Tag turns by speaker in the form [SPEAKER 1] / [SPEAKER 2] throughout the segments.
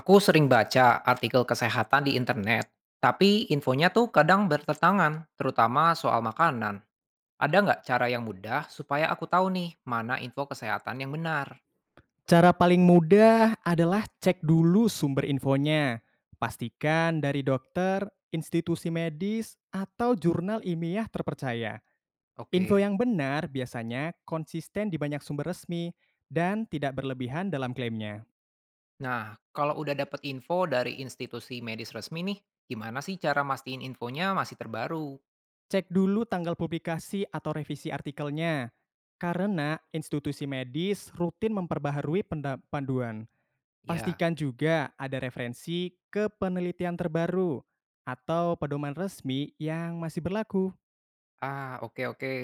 [SPEAKER 1] Aku sering baca artikel kesehatan di internet, tapi infonya tuh kadang bertentangan, terutama soal makanan. Ada nggak cara yang mudah supaya aku tahu nih mana info kesehatan yang benar?
[SPEAKER 2] Cara paling mudah adalah cek dulu sumber infonya. Pastikan dari dokter, institusi medis, atau jurnal ilmiah terpercaya. Info
[SPEAKER 1] Oke.
[SPEAKER 2] yang benar biasanya konsisten di banyak sumber resmi dan tidak berlebihan dalam klaimnya.
[SPEAKER 1] Nah, kalau udah dapet info dari institusi medis resmi nih, gimana sih cara mastiin infonya masih terbaru?
[SPEAKER 2] Cek dulu tanggal publikasi atau revisi artikelnya, karena institusi medis rutin memperbaharui panduan.
[SPEAKER 1] Ya.
[SPEAKER 2] Pastikan juga ada referensi ke penelitian terbaru atau pedoman resmi yang masih berlaku.
[SPEAKER 1] Ah, oke oke.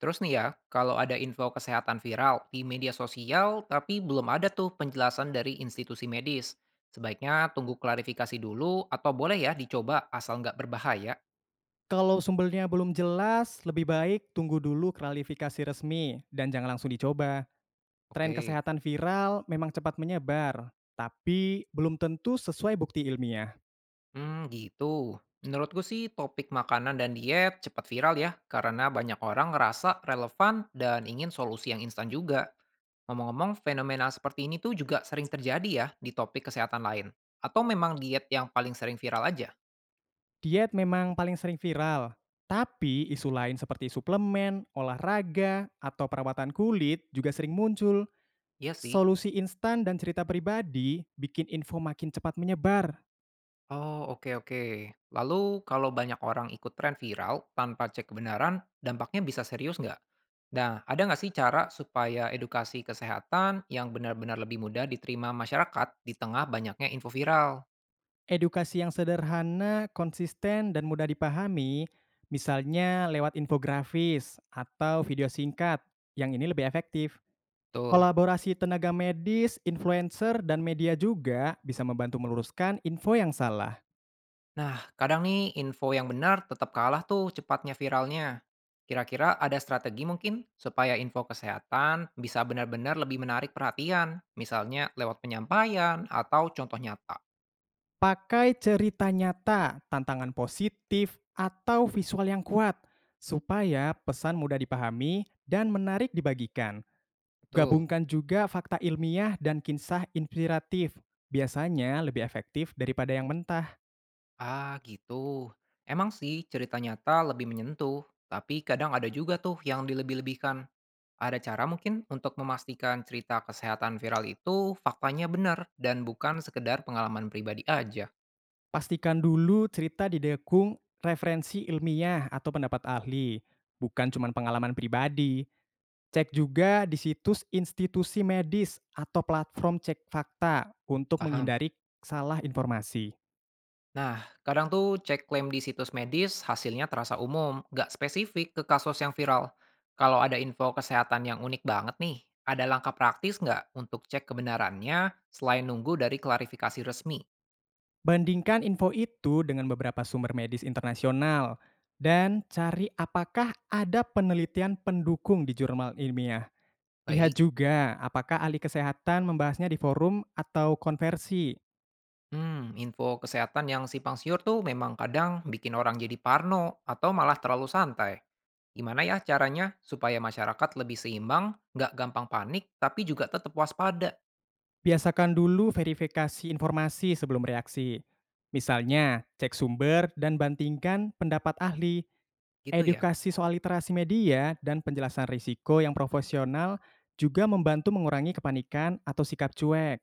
[SPEAKER 1] Terus nih ya, kalau ada info kesehatan viral di media sosial tapi belum ada tuh penjelasan dari institusi medis, sebaiknya tunggu klarifikasi dulu atau boleh ya dicoba asal nggak berbahaya.
[SPEAKER 2] Kalau sumbernya belum jelas, lebih baik tunggu dulu klarifikasi resmi dan jangan langsung dicoba. Tren
[SPEAKER 1] Oke.
[SPEAKER 2] kesehatan viral memang cepat menyebar, tapi belum tentu sesuai bukti ilmiah.
[SPEAKER 1] Hmm, gitu. Menurutku sih topik makanan dan diet cepat viral ya karena banyak orang ngerasa relevan dan ingin solusi yang instan juga. Ngomong-ngomong, fenomena seperti ini tuh juga sering terjadi ya di topik kesehatan lain. Atau memang diet yang paling sering viral aja?
[SPEAKER 2] Diet memang paling sering viral, tapi isu lain seperti suplemen, olahraga, atau perawatan kulit juga sering muncul.
[SPEAKER 1] Iya sih.
[SPEAKER 2] Solusi instan dan cerita pribadi bikin info makin cepat menyebar.
[SPEAKER 1] Oh, oke oke. Lalu kalau banyak orang ikut tren viral tanpa cek kebenaran, dampaknya bisa serius nggak? Nah, ada nggak sih cara supaya edukasi kesehatan yang benar-benar lebih mudah diterima masyarakat di tengah banyaknya info viral?
[SPEAKER 2] Edukasi yang sederhana, konsisten, dan mudah dipahami, misalnya lewat infografis atau video singkat, yang ini lebih efektif.
[SPEAKER 1] Betul.
[SPEAKER 2] Kolaborasi tenaga medis, influencer, dan media juga bisa membantu meluruskan info yang salah.
[SPEAKER 1] Nah, kadang nih info yang benar tetap kalah tuh cepatnya viralnya. Kira-kira ada strategi mungkin supaya info kesehatan bisa benar-benar lebih menarik perhatian, misalnya lewat penyampaian atau contoh nyata.
[SPEAKER 2] Pakai cerita nyata, tantangan positif, atau visual yang kuat, supaya pesan mudah dipahami dan menarik dibagikan.
[SPEAKER 1] Betul.
[SPEAKER 2] Gabungkan juga fakta ilmiah dan kisah inspiratif. Biasanya lebih efektif daripada yang mentah.
[SPEAKER 1] Ah, gitu. Emang sih cerita nyata lebih menyentuh, tapi kadang ada juga tuh yang dilebih-lebihkan. Ada cara mungkin untuk memastikan cerita kesehatan viral itu faktanya benar dan bukan sekedar pengalaman pribadi aja.
[SPEAKER 2] Pastikan dulu cerita didukung referensi ilmiah atau pendapat ahli, bukan cuma pengalaman pribadi. Cek juga di situs institusi medis atau platform cek fakta untuk
[SPEAKER 1] Paham?
[SPEAKER 2] menghindari salah informasi.
[SPEAKER 1] Nah, kadang tuh cek klaim di situs medis hasilnya terasa umum, nggak spesifik ke kasus yang viral. Kalau ada info kesehatan yang unik banget nih, ada langkah praktis nggak untuk cek kebenarannya selain nunggu dari klarifikasi resmi?
[SPEAKER 2] Bandingkan info itu dengan beberapa sumber medis internasional dan cari apakah ada penelitian pendukung di jurnal ilmiah. Lihat
[SPEAKER 1] Baik.
[SPEAKER 2] juga apakah ahli kesehatan membahasnya di forum atau konversi.
[SPEAKER 1] Hmm, info kesehatan yang simpang siur tuh memang kadang bikin orang jadi parno atau malah terlalu santai. Gimana ya caranya supaya masyarakat lebih seimbang, nggak gampang panik, tapi juga tetap waspada
[SPEAKER 2] Biasakan dulu verifikasi informasi sebelum reaksi. Misalnya, cek sumber dan bandingkan pendapat ahli.
[SPEAKER 1] gitu ya?
[SPEAKER 2] Edukasi soal literasi media dan penjelasan risiko yang profesional juga membantu mengurangi kepanikan atau sikap cuek.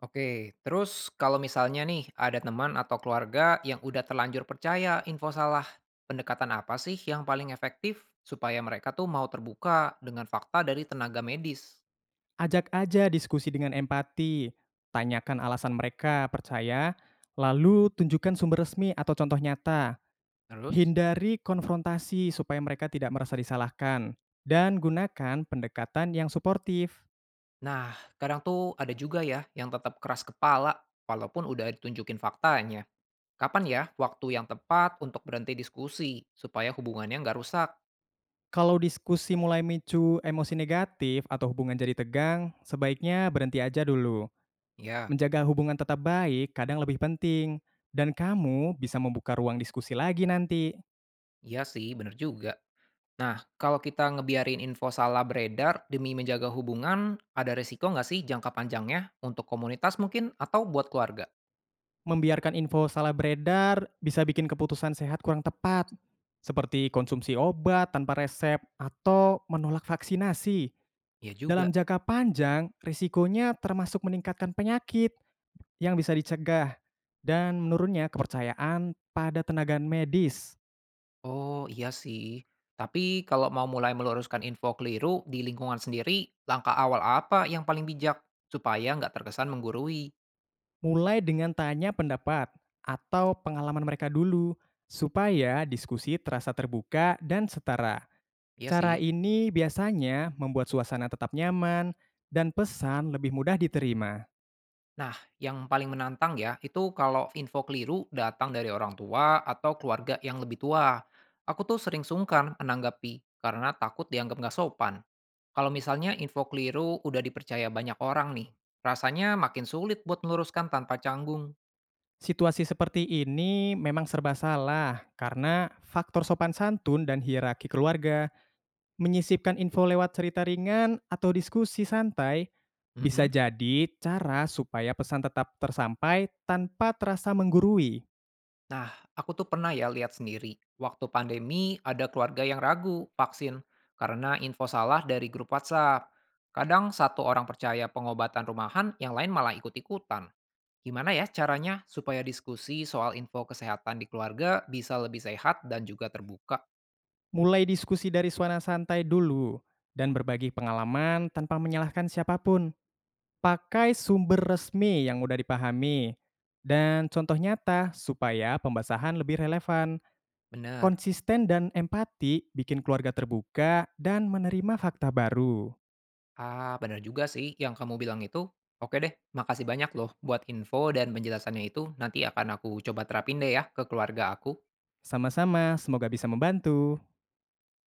[SPEAKER 1] Oke, terus kalau misalnya nih ada teman atau keluarga yang udah terlanjur percaya info salah, pendekatan apa sih yang paling efektif supaya mereka tuh mau terbuka dengan fakta dari tenaga medis?
[SPEAKER 2] Ajak aja diskusi dengan empati. Tanyakan alasan mereka percaya, lalu tunjukkan sumber resmi atau contoh nyata.
[SPEAKER 1] Terus?
[SPEAKER 2] Hindari konfrontasi supaya mereka tidak merasa disalahkan, dan gunakan pendekatan yang suportif.
[SPEAKER 1] Nah, kadang tuh ada juga ya yang tetap keras kepala, walaupun udah ditunjukin faktanya. Kapan ya waktu yang tepat untuk berhenti diskusi, supaya hubungannya nggak rusak?
[SPEAKER 2] Kalau diskusi mulai micu emosi negatif atau hubungan jadi tegang, sebaiknya berhenti aja dulu.
[SPEAKER 1] Ya,
[SPEAKER 2] Menjaga hubungan tetap baik kadang lebih penting, dan kamu bisa membuka ruang diskusi lagi nanti.
[SPEAKER 1] iya sih, bener juga. Nah, kalau kita ngebiarin info salah beredar demi menjaga hubungan, ada resiko nggak sih jangka panjangnya untuk komunitas mungkin atau buat keluarga?
[SPEAKER 2] Membiarkan info salah beredar bisa bikin keputusan sehat kurang tepat, seperti konsumsi obat tanpa resep atau menolak vaksinasi.
[SPEAKER 1] Ya juga.
[SPEAKER 2] Dalam jangka panjang, risikonya termasuk meningkatkan penyakit yang bisa dicegah dan menurunnya kepercayaan pada tenaga medis.
[SPEAKER 1] Oh, iya sih. Tapi kalau mau mulai meluruskan info keliru di lingkungan sendiri, langkah awal apa yang paling bijak supaya nggak terkesan menggurui?
[SPEAKER 2] Mulai dengan tanya pendapat atau pengalaman mereka dulu, supaya diskusi terasa terbuka dan setara.
[SPEAKER 1] Iya
[SPEAKER 2] Cara
[SPEAKER 1] sih.
[SPEAKER 2] ini biasanya membuat suasana tetap nyaman dan pesan lebih mudah diterima.
[SPEAKER 1] Nah, yang paling menantang ya itu kalau info keliru datang dari orang tua atau keluarga yang lebih tua. Aku tuh sering sungkan menanggapi karena takut dianggap nggak sopan. Kalau misalnya info keliru udah dipercaya banyak orang nih, rasanya makin sulit buat meluruskan tanpa canggung.
[SPEAKER 2] Situasi seperti ini memang serba salah karena faktor sopan santun dan hierarki keluarga. Menyisipkan info lewat cerita ringan atau diskusi santai
[SPEAKER 1] Mm.
[SPEAKER 2] bisa jadi cara supaya pesan tetap tersampai tanpa terasa menggurui.
[SPEAKER 1] Nah, aku tuh pernah ya lihat sendiri, waktu pandemi ada keluarga yang ragu vaksin karena info salah dari grup WhatsApp. Kadang satu orang percaya pengobatan rumahan, yang lain malah ikut-ikutan. Gimana ya caranya supaya diskusi soal info kesehatan di keluarga bisa lebih sehat dan juga terbuka?
[SPEAKER 2] Mulai diskusi dari suasana santai dulu dan berbagi pengalaman tanpa menyalahkan siapapun. Pakai sumber resmi yang udah dipahami dan contoh nyata supaya pembahasan lebih relevan.
[SPEAKER 1] Bener.
[SPEAKER 2] Konsisten dan empati bikin keluarga terbuka dan menerima fakta baru.
[SPEAKER 1] Ah, bener juga sih yang kamu bilang itu. Oke deh, makasih banyak loh buat info dan penjelasannya itu. Nanti akan aku coba terapin deh ya ke keluarga aku.
[SPEAKER 2] Sama-sama, semoga bisa membantu.